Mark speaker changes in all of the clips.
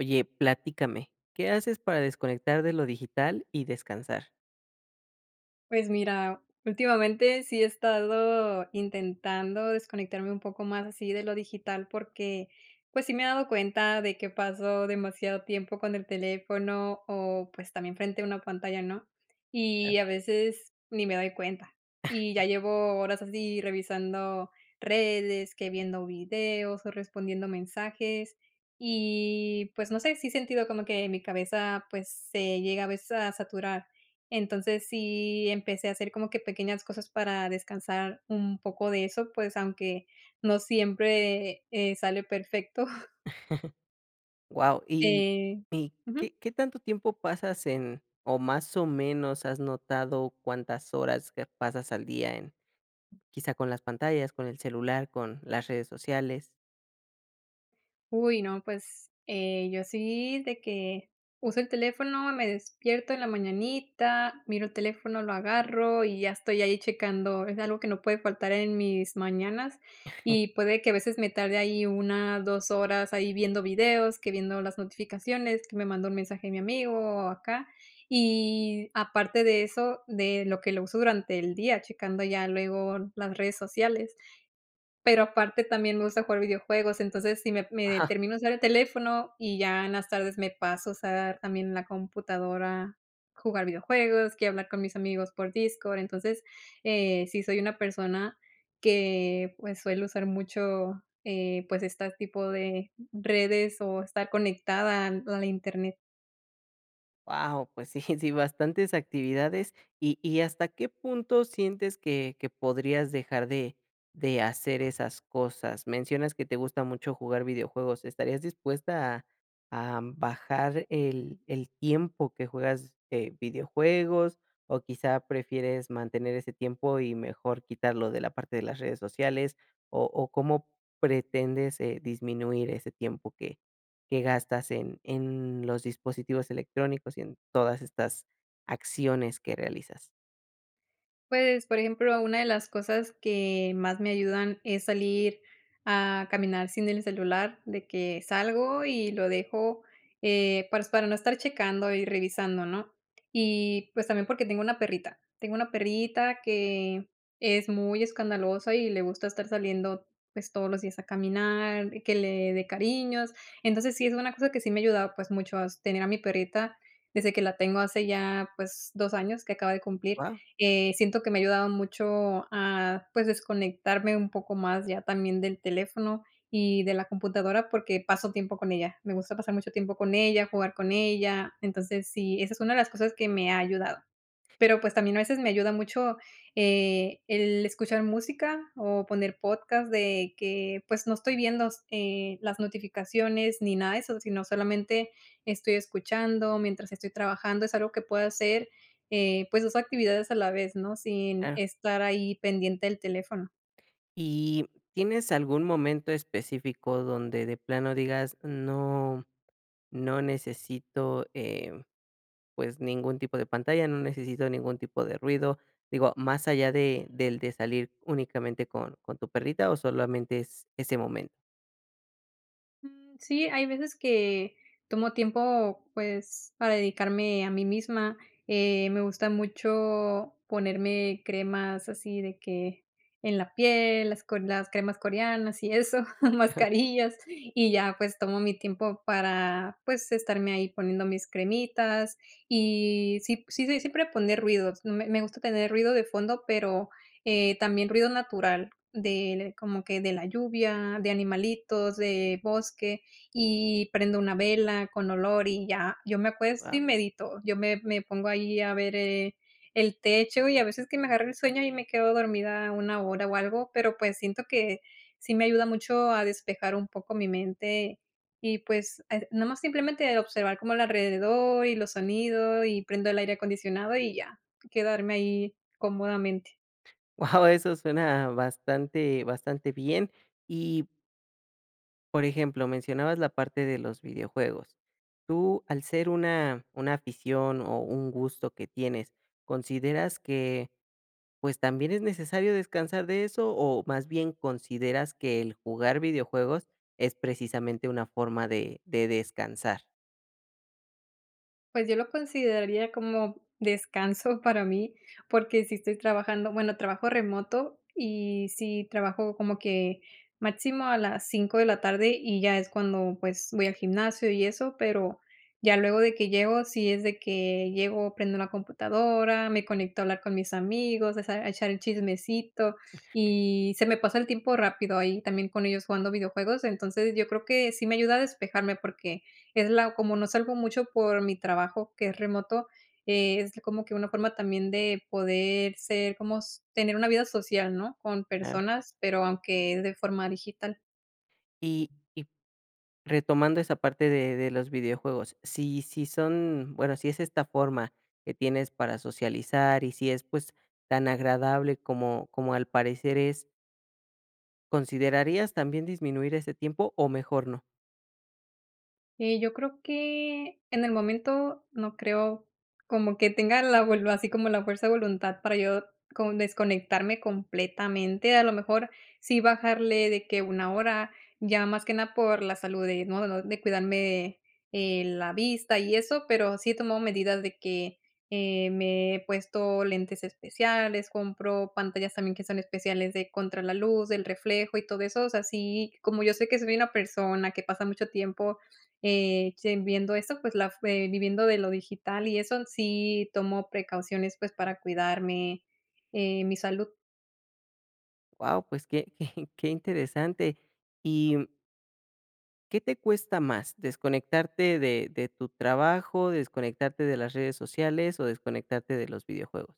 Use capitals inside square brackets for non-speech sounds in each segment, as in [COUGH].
Speaker 1: Oye, platícame, ¿qué haces para desconectar de lo digital y descansar?
Speaker 2: Pues mira, últimamente sí he estado intentando desconectarme un poco más así de lo digital porque, pues sí me he dado cuenta de que paso demasiado tiempo con el teléfono o pues también frente a una pantalla, ¿no?
Speaker 1: Claro.
Speaker 2: Y a veces ni me doy cuenta. Y ya llevo horas así revisando redes, que viendo videos o respondiendo mensajes. Y pues no sé, sí he sentido como que mi cabeza pues se llega a veces a saturar. Entonces, sí empecé a hacer como que pequeñas cosas para descansar un poco de eso, pues, aunque no siempre, sale perfecto, [LAUGHS]
Speaker 1: Guau,
Speaker 2: eh ujú.
Speaker 1: ¿qué tanto tiempo pasas en o más o menos has notado cuántas horas que pasas al día en, quizá con las pantallas, con el celular, con las redes sociales?
Speaker 2: Uy, no, pues, yo sí de que uso el teléfono, me despierto en la mañanita, miro el teléfono, lo agarro y ya estoy ahí checando. Es algo que no puede faltar en mis mañanas y puede que a veces me tarde ahí una 2 horas ahí viendo videos, que viendo las notificaciones, que me mandó un mensaje mi amigo o acá. Y aparte de eso, de lo que lo uso durante el día, checando ya luego las redes sociales pero aparte también me gusta jugar videojuegos, entonces, si me termino de usar el teléfono y ya en las tardes me paso a usar también la computadora, jugar videojuegos, que hablar con mis amigos por Discord. Entonces, sí soy una persona que, pues, suele usar mucho, pues, este tipo de redes o estar conectada a la Internet.
Speaker 1: Wow, pues sí, [LAUGHS] sí, bastantes actividades. ¿Y hasta qué punto sientes que podrías dejar de hacer esas cosas? Mencionas que te gusta mucho jugar videojuegos, ¿estarías dispuesta a bajar el tiempo que juegas, videojuegos? O quizá prefieres mantener ese tiempo y mejor quitarlo de la parte de las redes sociales, o, ¿cómo pretendes, disminuir ese tiempo que gastas en los dispositivos electrónicos y en todas estas acciones que realizas?
Speaker 2: Pues, por ejemplo, una de las cosas que más me ayudan es salir a caminar sin el celular, de que salgo y lo dejo, pues, para no estar checando y revisando, ¿no? Y, pues, también porque tengo una perrita. Tengo una perrita que es muy escandalosa y le gusta estar saliendo, pues, todos los días a caminar, que le dé cariños. Entonces, sí es una cosa que sí me ha ayudado, pues, mucho a tener a mi perrita desde que la tengo hace ya, pues, 2 años que acaba de cumplir.
Speaker 1: Wow.
Speaker 2: Siento que me ha ayudado mucho a, pues, desconectarme un poco más ya también del teléfono y de la computadora, porque paso tiempo con ella. Me gusta pasar mucho tiempo con ella, jugar con ella. Entonces, sí, esa es una de las cosas que me ha ayudado. Pero, pues, también a veces me ayuda mucho, el escuchar música o poner podcast de que, pues, no estoy viendo las notificaciones ni nada de eso, sino solamente estoy escuchando mientras estoy trabajando. Es algo que puedo hacer, pues, 2 actividades a la vez, ¿no? Sin
Speaker 1: Claro.
Speaker 2: estar ahí pendiente del teléfono.
Speaker 1: ¿Y tienes algún momento específico donde de plano digas: "No, no necesito, pues, ningún tipo de pantalla, no necesito ningún tipo de ruido"? Digo, más allá de del de salir únicamente con tu perrita, ¿o solamente es ese momento?
Speaker 2: Mm, sí, hay veces que tomo tiempo, pues, para dedicarme a mí misma. Me gusta mucho ponerme cremas así de que en la piel, las cremas coreanas y eso, [LAUGHS] mascarillas, y ya, pues, tomo mi tiempo para, pues, estarme ahí poniendo mis cremitas y sí sí, sí, siempre poner ruidos. Me gusta tener ruido de fondo, pero, también ruido natural de como que de la lluvia, de animalitos, de bosque, y prendo una vela con olor y ya, yo me acuesto
Speaker 1: Wow.
Speaker 2: y medito. Yo me pongo ahí a ver, el techo y a veces que me agarra el sueño y me quedo dormida una hora o algo, pero, pues, siento que sí me ayuda mucho a despejar un poco mi mente y, pues, nada más simplemente observar como el alrededor y los sonidos y prendo el aire acondicionado y ya, quedarme ahí cómodamente.
Speaker 1: [LAUGHS] Eso suena bastante bastante bien. Y por ejemplo, mencionabas la parte de los videojuegos. Tú, al ser una afición o un gusto que tienes, ¿consideras que, pues, también es necesario descansar de eso, o más bien consideras que el jugar videojuegos es precisamente una forma de descansar?
Speaker 2: Pues yo lo consideraría como descanso para mí, porque si estoy trabajando, bueno, trabajo remoto y si trabajo como que máximo a las 5 de la tarde y ya es cuando pues voy al gimnasio y eso, pero ya luego de que llego, sí es de que llego, prendo la computadora, me conecto a hablar con mis amigos, a echar el chismecito y se me pasa el tiempo rápido ahí también con ellos jugando videojuegos, entonces yo creo que sí me ayuda a despejarme porque es la como no salgo mucho por mi trabajo, que es remoto, es como que una forma también de poder ser como s tener una vida social, ¿no?, con
Speaker 1: Claro.
Speaker 2: personas, pero aunque es de forma digital.
Speaker 1: Y retomando esa parte de los videojuegos, si son, bueno, si es esta forma que tienes para socializar y si es, pues, tan agradable como como al parecer es, ¿considerarías también disminuir ese tiempo o mejor no?
Speaker 2: Yo creo que en el momento no creo como que tenga la vol así como la fuerza de voluntad para yo como desconectarme completamente, a lo mejor sí bajarle de que una hora, ya más que nada por la salud de, ¿no?, de cuidarme, la vista y eso, pero sí he tomado medidas de que, me he puesto lentes especiales, compro pantallas también que son especiales de contra la luz, del reflejo y todo eso, o sea, sí, como yo sé que soy una persona que pasa mucho tiempo ye viendo esto, pues, la viviendo de lo digital y eso, sí tomo precauciones, pues, para cuidarme, mi salud.
Speaker 1: Wow, pues qué [LAUGHS] qué qué interesante. ¿Y qué te cuesta más, desconectarte de tu trabajo, desconectarte de las redes sociales o desconectarte de los videojuegos?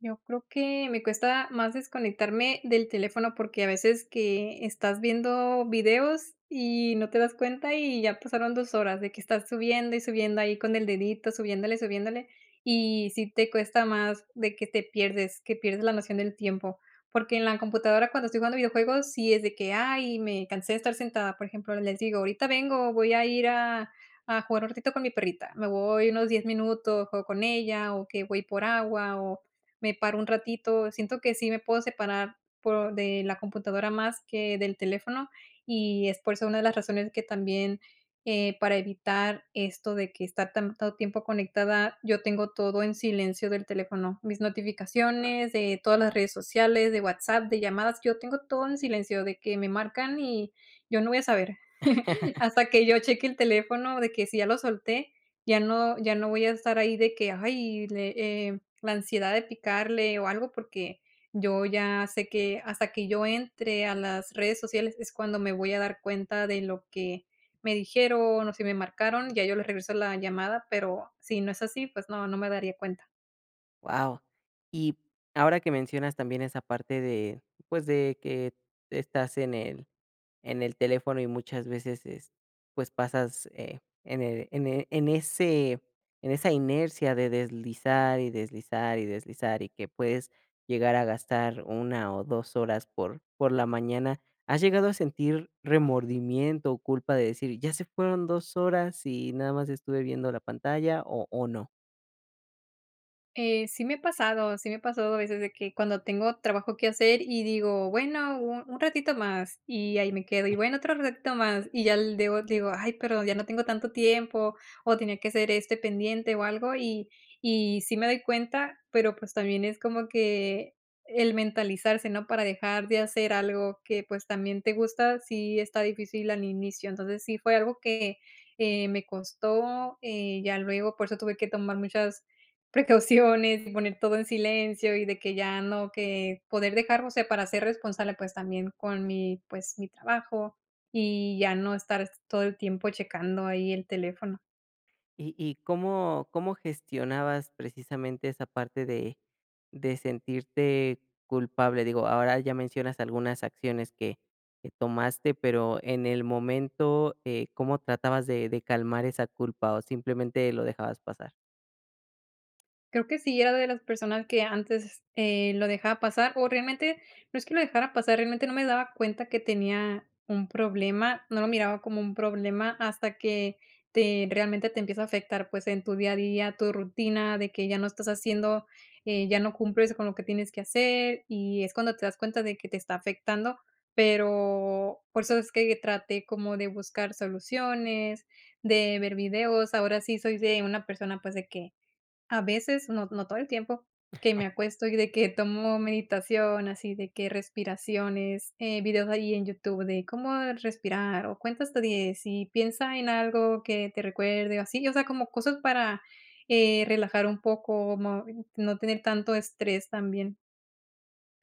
Speaker 2: Yo creo que me cuesta más desconectarme del teléfono, porque a veces que estás viendo videos y no te das cuenta, y ya pasaron 2 horas de que estás subiendo y subiendo ahí con el dedito, subiéndole, subiéndole, y sí te cuesta más de que te pierdes, que pierdes la noción del tiempo. Porque en la computadora, cuando estoy jugando videojuegos, sí es de que: "Ay, me cansé de estar sentada", por ejemplo, les digo: "Ahorita vengo, voy a ir a jugar un ratito con mi perrita". Me voy unos 10 minutos, juego con ella, o que voy por agua, o me paro un ratito. Siento que sí me puedo separar por de la computadora más que del teléfono, y es por eso una de las razones que también, para evitar esto de que estar tanto tiempo conectada, yo tengo todo en silencio del teléfono, mis notificaciones de todas las redes sociales, de WhatsApp, de llamadas, yo tengo todo en silencio, de que me marcan y yo no voy a saber [LAUGHS] hasta que yo cheque el teléfono de que si ya lo solté, ya no ya no voy a estar ahí de que, ay, eh, la ansiedad de picarle o algo, porque yo ya sé que hasta que yo entre a las redes sociales es cuando me voy a dar cuenta de lo que me dijeron o si me marcaron, ya yo les regreso la llamada, pero si no es así, pues no, no me daría cuenta.
Speaker 1: Wow. Y ahora que mencionas también esa parte de, pues, de que estás en el teléfono y muchas veces, es pues, pasas, en el en e en ese en esa inercia de deslizar, y deslizar, y deslizar, y que puedes llegar a gastar una o 2 horas por la mañana, ¿has llegado a sentir remordimiento o culpa de decir: "Ya se fueron 2 horas y nada más estuve viendo la pantalla", o no?
Speaker 2: Sí me ha pasado, sí me ha pasado a veces de que cuando tengo trabajo que hacer y digo: "Bueno, un ratito más", y ahí me quedo, y bueno, otro ratito más, y ya l debo digo: "Ay, pero ya no tengo tanto tiempo", o tenía que hacer este pendiente o algo, y sí me doy cuenta, pero, pues, también es como que el mentalizarse, ¿no?, para dejar de hacer algo que, pues, también te gusta, sí está difícil al inicio. Entonces, sí fue algo que, me costó, ya luego por eso tuve que tomar muchas precauciones, y poner todo en silencio y de que ya no, que poder dejar, o sea, para ser responsable, pues, también con mi, pues, mi trabajo y ya no estar todo el tiempo checando ahí el teléfono.
Speaker 1: ¿Y cómo gestionabas precisamente esa parte de sentirte culpable? Digo, ahora ya mencionas algunas acciones que tomaste, pero en el momento, ¿cómo tratabas de calmar esa culpa o simplemente lo dejabas pasar?
Speaker 2: Creo que sí era de las personas que antes, lo dejaba pasar, o realmente, no es que lo dejara pasar, realmente no me daba cuenta que tenía un problema, no lo miraba como un problema hasta que te realmente te empieza a afectar, pues, en tu día a día, tu rutina, de que ya no estás haciendo, ya no cumples con lo que tienes que hacer, y es cuando te das cuenta de que te está afectando, pero por eso es que traté como de buscar soluciones, de ver videos. Ahora sí soy de una persona, pues, de que a veces, no todo el tiempo, que me acuesto y de que tomo meditación, así de que respiraciones, videos ahí en YouTube de cómo respirar o cuenta hasta 10 y piensa en algo que te recuerde o así, o sea, como cosas para, relajar un poco, mo no tener tanto estrés también.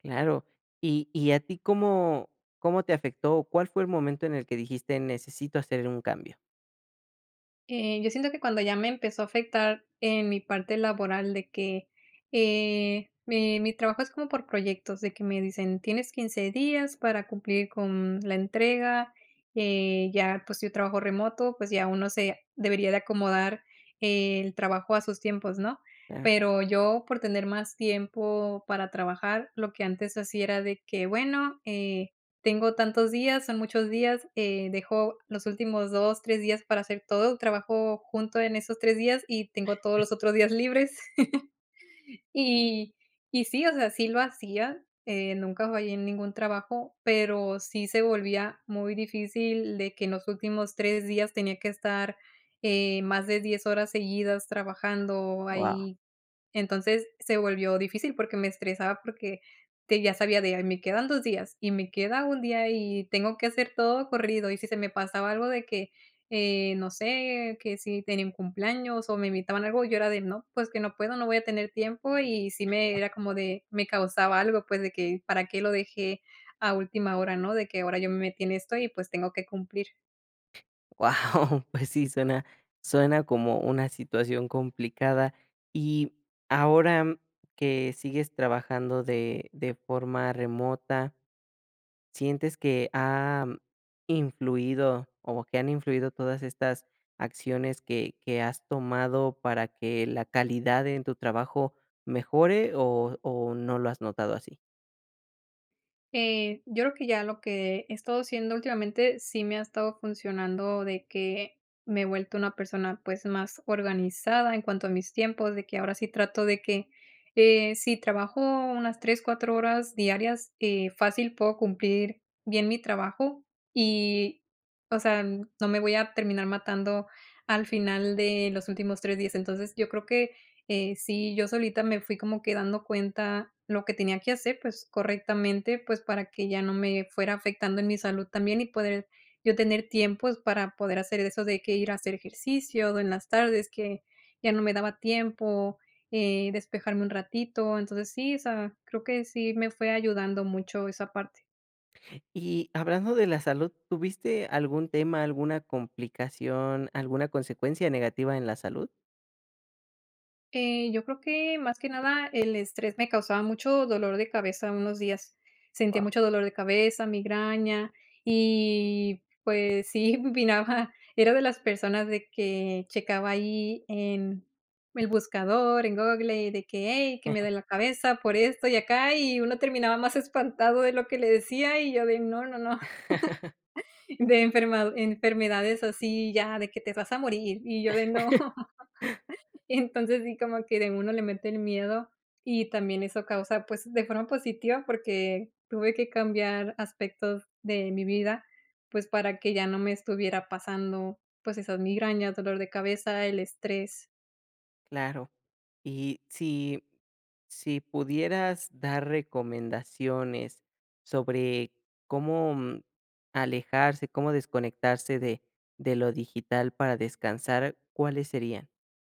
Speaker 1: Claro. ¿Y a ti cómo te afectó o cuál fue el momento en el que dijiste: "Necesito hacer un cambio"?
Speaker 2: Yo siento que cuando ya me empezó a afectar en mi parte laboral de que, mi mi trabajo es como por proyectos, de que me dicen: "Tienes 15 días para cumplir con la entrega", ya, pues, yo trabajo remoto, pues, ya uno se debería de acomodar el trabajo a sus tiempos, ¿no?
Speaker 1: Wow.
Speaker 2: Pero yo, por tener más tiempo para trabajar, lo que antes hacía era de que, bueno, tengo tantos días, son muchos días, dejo los últimos 2, 3 días para hacer todo, trabajo junto en esos 3 días y tengo todos los otros días libres. [LAUGHS] Y y sí, o sea, sí lo hacía, nunca fallé en ningún trabajo, pero sí se volvía muy difícil de que en los últimos 3 días tenía que estar, más de 10 horas seguidas trabajando ahí. Entonces se volvió difícil porque me estresaba porque te ya sabía de: "Ay, me quedan 2 días y me queda un día y tengo que hacer todo corrido", y si se me pasaba algo de que, no sé, que si tenía un cumpleaños o me invitaban a algo, yo era de: "No, pues que no puedo, no voy a tener tiempo", y sí me era como de me causaba algo, pues, de que para qué lo dejé a última hora, ¿no? De que ahora yo me metí en esto y, pues, tengo que cumplir.
Speaker 1: Wow, [LAUGHS] pues sí, suena suena como una situación complicada. Y ahora que sigues trabajando de forma remota, ¿sientes que ha influido o que han influido todas estas acciones que has tomado para que la calidad en tu trabajo mejore o no lo has notado así?
Speaker 2: Yo creo que ya lo que he estado haciendo últimamente sí me ha estado funcionando de que me he vuelto una persona, pues, más organizada en cuanto a mis tiempos, de que ahora sí trato de que si trabajo unas 3 4 horas diarias, fácil puedo cumplir bien mi trabajo y, o sea, no me voy a terminar matando al final de los últimos 3 días. Entonces yo creo que sí, yo solita me fui como que dando cuenta lo que tenía que hacer, pues, correctamente, pues, para que ya no me fuera afectando en mi salud también y poder yo tener tiempos para poder hacer eso de que ir a hacer ejercicio en las tardes, que ya no me daba tiempo, despejarme un ratito. Entonces sí, o sea, creo que sí me fue ayudando mucho esa parte.
Speaker 1: Y hablando de la salud, ¿tuviste algún tema, alguna complicación, alguna consecuencia negativa en la salud?
Speaker 2: Yo creo que más que nada el estrés me causaba mucho dolor de cabeza unos días. Sentía mucho dolor de cabeza, migraña, y pues sí, [LAUGHS] miraba, era de las personas de que checaba ahí en el buscador, en Google, y de que, hey, que me da la cabeza por esto y acá, y uno terminaba más espantado de lo que le decía y yo de no, no, no, [LAUGHS] de enfermedades así ya, de que te vas a morir y yo de no. Entonces, sí, como que de uno le mete el miedo y también eso causa, pues, de forma positiva, porque tuve que cambiar aspectos de mi vida, pues, para que ya no me estuviera pasando, pues, esas migrañas, dolor de cabeza, el estrés.
Speaker 1: Claro. Y si si pudieras dar recomendaciones sobre cómo, alejarse, cómo desconectarse de lo digital para descansar, ¿cuáles serían? [LAUGHS]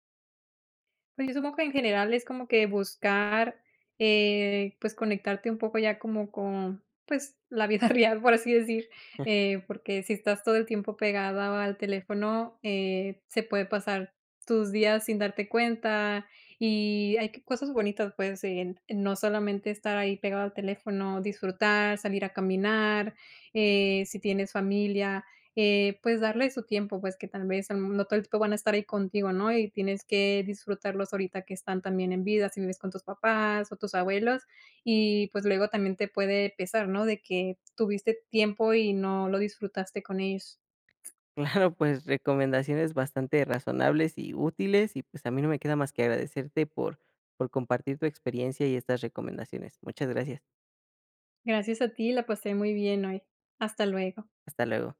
Speaker 2: Pues, yo supongo que en general es como que buscar, pues, conectarte un poco ya como con, pues, la vida [LAUGHS] real, por así decir, porque si estás todo el tiempo pegada al teléfono, se puede pasar tus días sin darte cuenta, y hay que cosas bonitas, pues, en no solamente estar ahí pegado al teléfono, disfrutar, salir a caminar, si tienes familia. Pues, darle su tiempo, pues, que tal vez no todo el tiempo van a estar ahí contigo, ¿no? Y tienes que disfrutarlos ahorita que están también en vida, si vives con tus papás o tus abuelos, y, pues, luego también te puede pesar, ¿no? De que tuviste tiempo y no lo disfrutaste con ellos.
Speaker 1: Claro, pues, recomendaciones bastante razonables y útiles, y, pues, a mí no me queda más que agradecerte por compartir tu experiencia y estas recomendaciones. Muchas gracias.
Speaker 2: Gracias a ti, la pasé muy bien hoy. Hasta luego.
Speaker 1: Hasta luego.